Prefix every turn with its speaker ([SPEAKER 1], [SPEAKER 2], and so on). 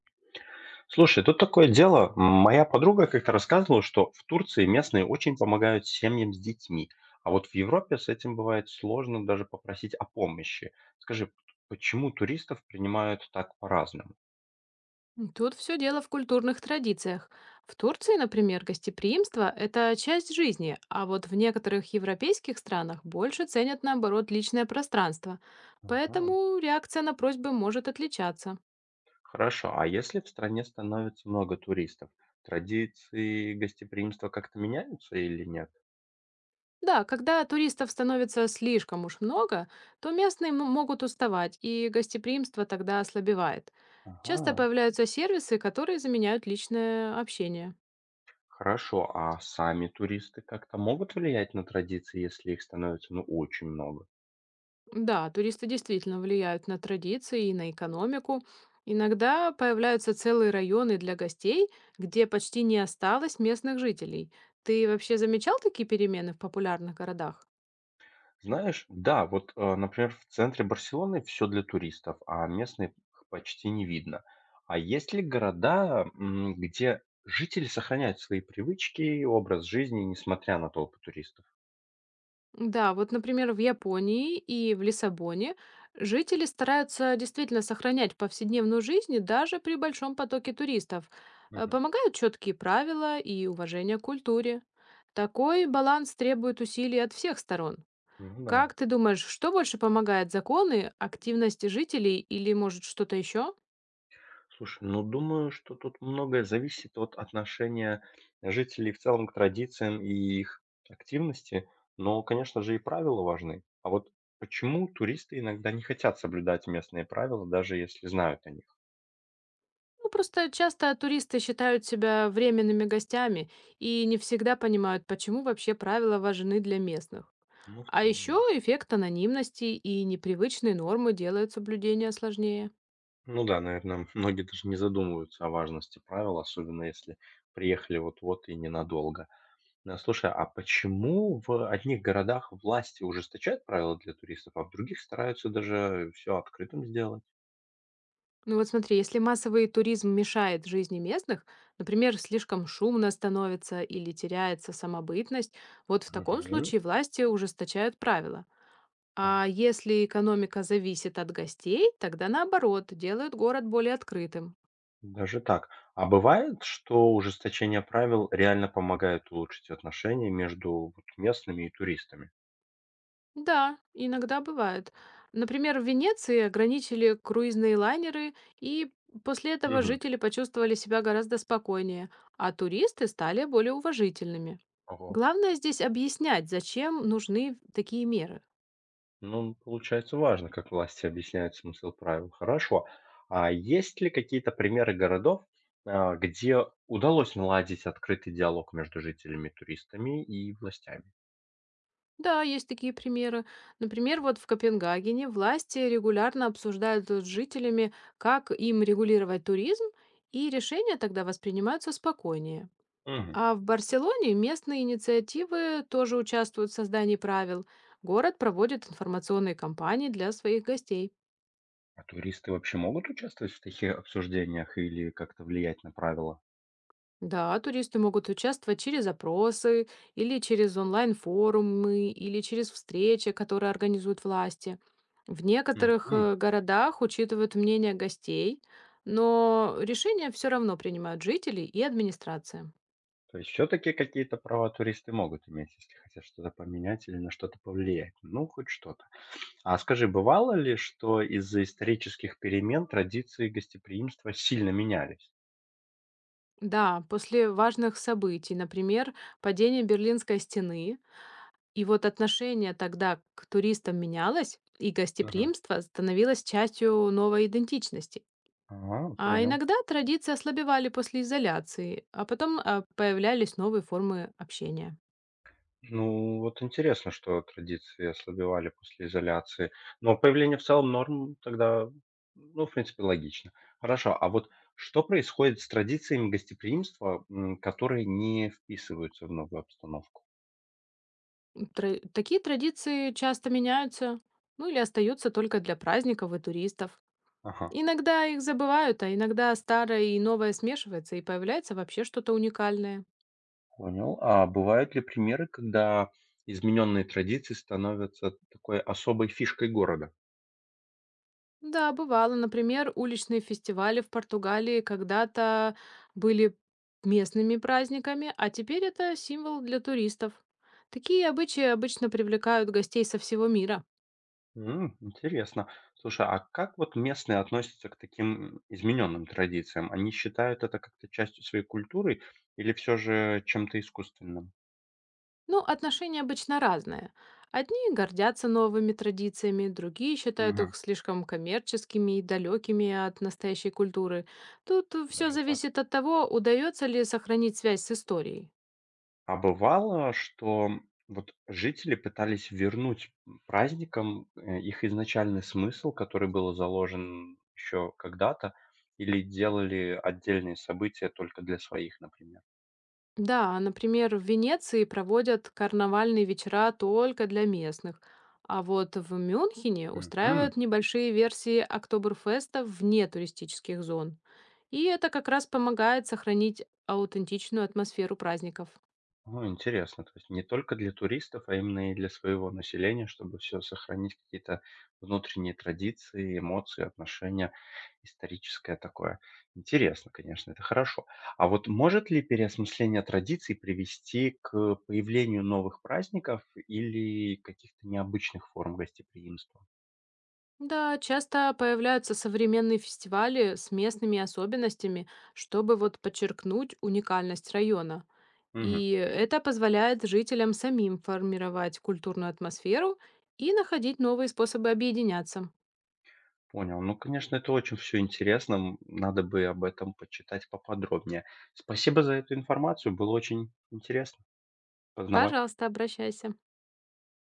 [SPEAKER 1] Слушай, тут такое дело. Моя подруга как-то рассказывала, что в Турции местные очень помогают семьям с детьми, а вот в Европе с этим бывает сложно даже попросить о помощи. Скажи, почему туристов принимают так по-разному?
[SPEAKER 2] Тут все дело в культурных традициях. В Турции, например, гостеприимство– это часть жизни, а вот в некоторых европейских странах больше ценят, наоборот, личное пространство.
[SPEAKER 1] Ага.
[SPEAKER 2] Поэтому реакция на просьбы может отличаться.
[SPEAKER 1] Хорошо, а если в стране становится много туристов, традиции гостеприимства как-то меняются или нет?
[SPEAKER 2] Да, когда туристов становится слишком уж много, то местные могут уставать, и гостеприимство тогда ослабевает.
[SPEAKER 1] Ага.
[SPEAKER 2] Часто появляются сервисы, которые заменяют личное общение.
[SPEAKER 1] Хорошо, а сами туристы как-то могут влиять на традиции, если их становится ну очень много?
[SPEAKER 2] Да, туристы действительно влияют на традиции и на экономику. Иногда появляются целые районы для гостей, где почти не осталось местных жителей. Ты вообще замечал такие перемены в популярных городах?
[SPEAKER 1] Знаешь, да, вот, например, в центре Барселоны все для туристов, а местных почти не видно. А есть ли города, где жители сохраняют свои привычки и образ жизни, несмотря на толпы туристов?
[SPEAKER 2] Да, вот, например, в Японии и в Лиссабоне жители стараются действительно сохранять повседневную жизнь даже при большом потоке туристов.
[SPEAKER 1] Мгм.
[SPEAKER 2] Помогают четкие правила и уважение к культуре. Такой баланс требует усилий от всех сторон.
[SPEAKER 1] Ну да.
[SPEAKER 2] Как ты думаешь, что больше помогает: законы, активность жителей или, может, что-то еще?
[SPEAKER 1] Слушай, ну думаю, что тут многое зависит от отношения жителей в целом к традициям и их активности, но, конечно же, и правила важны. А вот почему туристы иногда не хотят соблюдать местные правила, даже если знают о них?
[SPEAKER 2] Ну, просто часто туристы считают себя временными гостями и не всегда понимают, почему вообще правила важны для местных.
[SPEAKER 1] Ну, в
[SPEAKER 2] А
[SPEAKER 1] целом,
[SPEAKER 2] еще
[SPEAKER 1] да.
[SPEAKER 2] эффект анонимности и непривычные нормы делают соблюдение сложнее.
[SPEAKER 1] Ну да, наверное, многие даже не задумываются о важности правил, особенно если приехали вот-вот и ненадолго. Слушай, а почему в одних городах власти ужесточают правила для туристов, а в других стараются даже все открытым сделать?
[SPEAKER 2] Ну вот смотри, если массовый туризм мешает жизни местных, например, слишком шумно становится или теряется самобытность, вот в таком
[SPEAKER 1] Мгм.
[SPEAKER 2] случае власти ужесточают правила. А
[SPEAKER 1] Так,
[SPEAKER 2] если экономика зависит от гостей, тогда наоборот, делают город более открытым.
[SPEAKER 1] даже так. А бывает, что ужесточение правил реально помогает улучшить отношения между вот местными и туристами?
[SPEAKER 2] Да, иногда бывает. Например, в Венеции ограничили круизные лайнеры, и после этого
[SPEAKER 1] Мгм.
[SPEAKER 2] жители почувствовали себя гораздо спокойнее, а туристы стали более уважительными.
[SPEAKER 1] Ого.
[SPEAKER 2] Главное здесь объяснять, зачем нужны такие меры.
[SPEAKER 1] Ну, получается, важно, как власти объясняют смысл правил. Хорошо. А есть ли какие-то примеры городов, где удалось наладить открытый диалог между жителями, туристами и властями?
[SPEAKER 2] Да, есть такие примеры. Например, вот в Копенгагене власти регулярно обсуждают с жителями, как им регулировать туризм, и решения тогда воспринимаются спокойнее.
[SPEAKER 1] Мгм.
[SPEAKER 2] А в Барселоне местные инициативы тоже участвуют в создании правил. Город проводит информационные кампании для своих гостей.
[SPEAKER 1] А туристы вообще могут участвовать в таких обсуждениях или как-то влиять на правила?
[SPEAKER 2] Да, туристы могут участвовать через опросы или через онлайн-форумы или через встречи, которые организуют власти. В некоторых
[SPEAKER 1] Мгм.
[SPEAKER 2] городах учитывают мнение гостей, но решения все равно принимают жители и администрация.
[SPEAKER 1] То есть все-таки какие-то права туристы могут иметь, если хотят что-то поменять или на что-то повлиять. Ну, хоть что-то. А скажи, бывало ли, что из-за исторических перемен традиции гостеприимства сильно менялись?
[SPEAKER 2] Да, после важных событий, например, падения Берлинской стены, и вот отношение тогда к туристам менялось, и
[SPEAKER 1] Мгм.
[SPEAKER 2] гостеприимство становилось частью новой идентичности.
[SPEAKER 1] А,
[SPEAKER 2] А
[SPEAKER 1] понял.
[SPEAKER 2] иногда традиции ослабевали после изоляции, а потом появлялись новые формы общения.
[SPEAKER 1] Ну, вот интересно, что традиции ослабевали после изоляции. Но появление в целом норм тогда, ну, в принципе, логично. Хорошо, а вот что происходит с традициями гостеприимства, которые не вписываются в новую обстановку?
[SPEAKER 2] Тра- такие традиции часто меняются, ну или остаются только для праздников и туристов.
[SPEAKER 1] Ага,
[SPEAKER 2] Иногда их забывают, а иногда старое и новое смешивается, и появляется вообще что-то уникальное.
[SPEAKER 1] понял. А бывают ли примеры, когда измененные традиции становятся такой особой фишкой города?
[SPEAKER 2] Да, бывало, например, уличные фестивали в Португалии когда-то были местными праздниками, а теперь это символ для туристов. Такие обычаи обычно привлекают гостей со всего мира.
[SPEAKER 1] Интересно. Слушай, а как вот местные относятся к таким измененным традициям? Они считают это как-то частью своей культуры или все же чем-то искусственным?
[SPEAKER 2] Ну, отношения обычно разные. Одни гордятся новыми традициями, другие считают
[SPEAKER 1] Мгм.
[SPEAKER 2] их слишком коммерческими и далекими от настоящей культуры. Тут все
[SPEAKER 1] Даже так.
[SPEAKER 2] зависит от того, удается ли сохранить связь с историей.
[SPEAKER 1] А бывало, что вот жители пытались вернуть праздникам их изначальный смысл, который был заложен еще когда-то, или делали отдельные события только для своих, например?
[SPEAKER 2] Да, например, в Венеции проводят карнавальные вечера только для местных, а вот в Мюнхене
[SPEAKER 1] Мгм.
[SPEAKER 2] устраивают небольшие версии Октоберфеста вне туристических зон. И это как раз помогает сохранить аутентичную атмосферу праздников.
[SPEAKER 1] Ну, интересно, то есть не только для туристов, а именно и для своего населения, чтобы все сохранить какие-то внутренние традиции, эмоции, отношения, историческое такое. Интересно, конечно, это хорошо. А вот может ли переосмысление традиций привести к появлению новых праздников или каких-то необычных форм гостеприимства?
[SPEAKER 2] Да, часто появляются современные фестивали с местными особенностями, чтобы вот подчеркнуть уникальность района.
[SPEAKER 1] Мгм.
[SPEAKER 2] И это позволяет жителям самим формировать культурную атмосферу и находить новые способы объединяться.
[SPEAKER 1] Понял. Ну, конечно, это очень все интересно. Надо бы об этом почитать поподробнее. Спасибо за эту информацию. Было очень интересно познавать.
[SPEAKER 2] Пожалуйста, обращайся.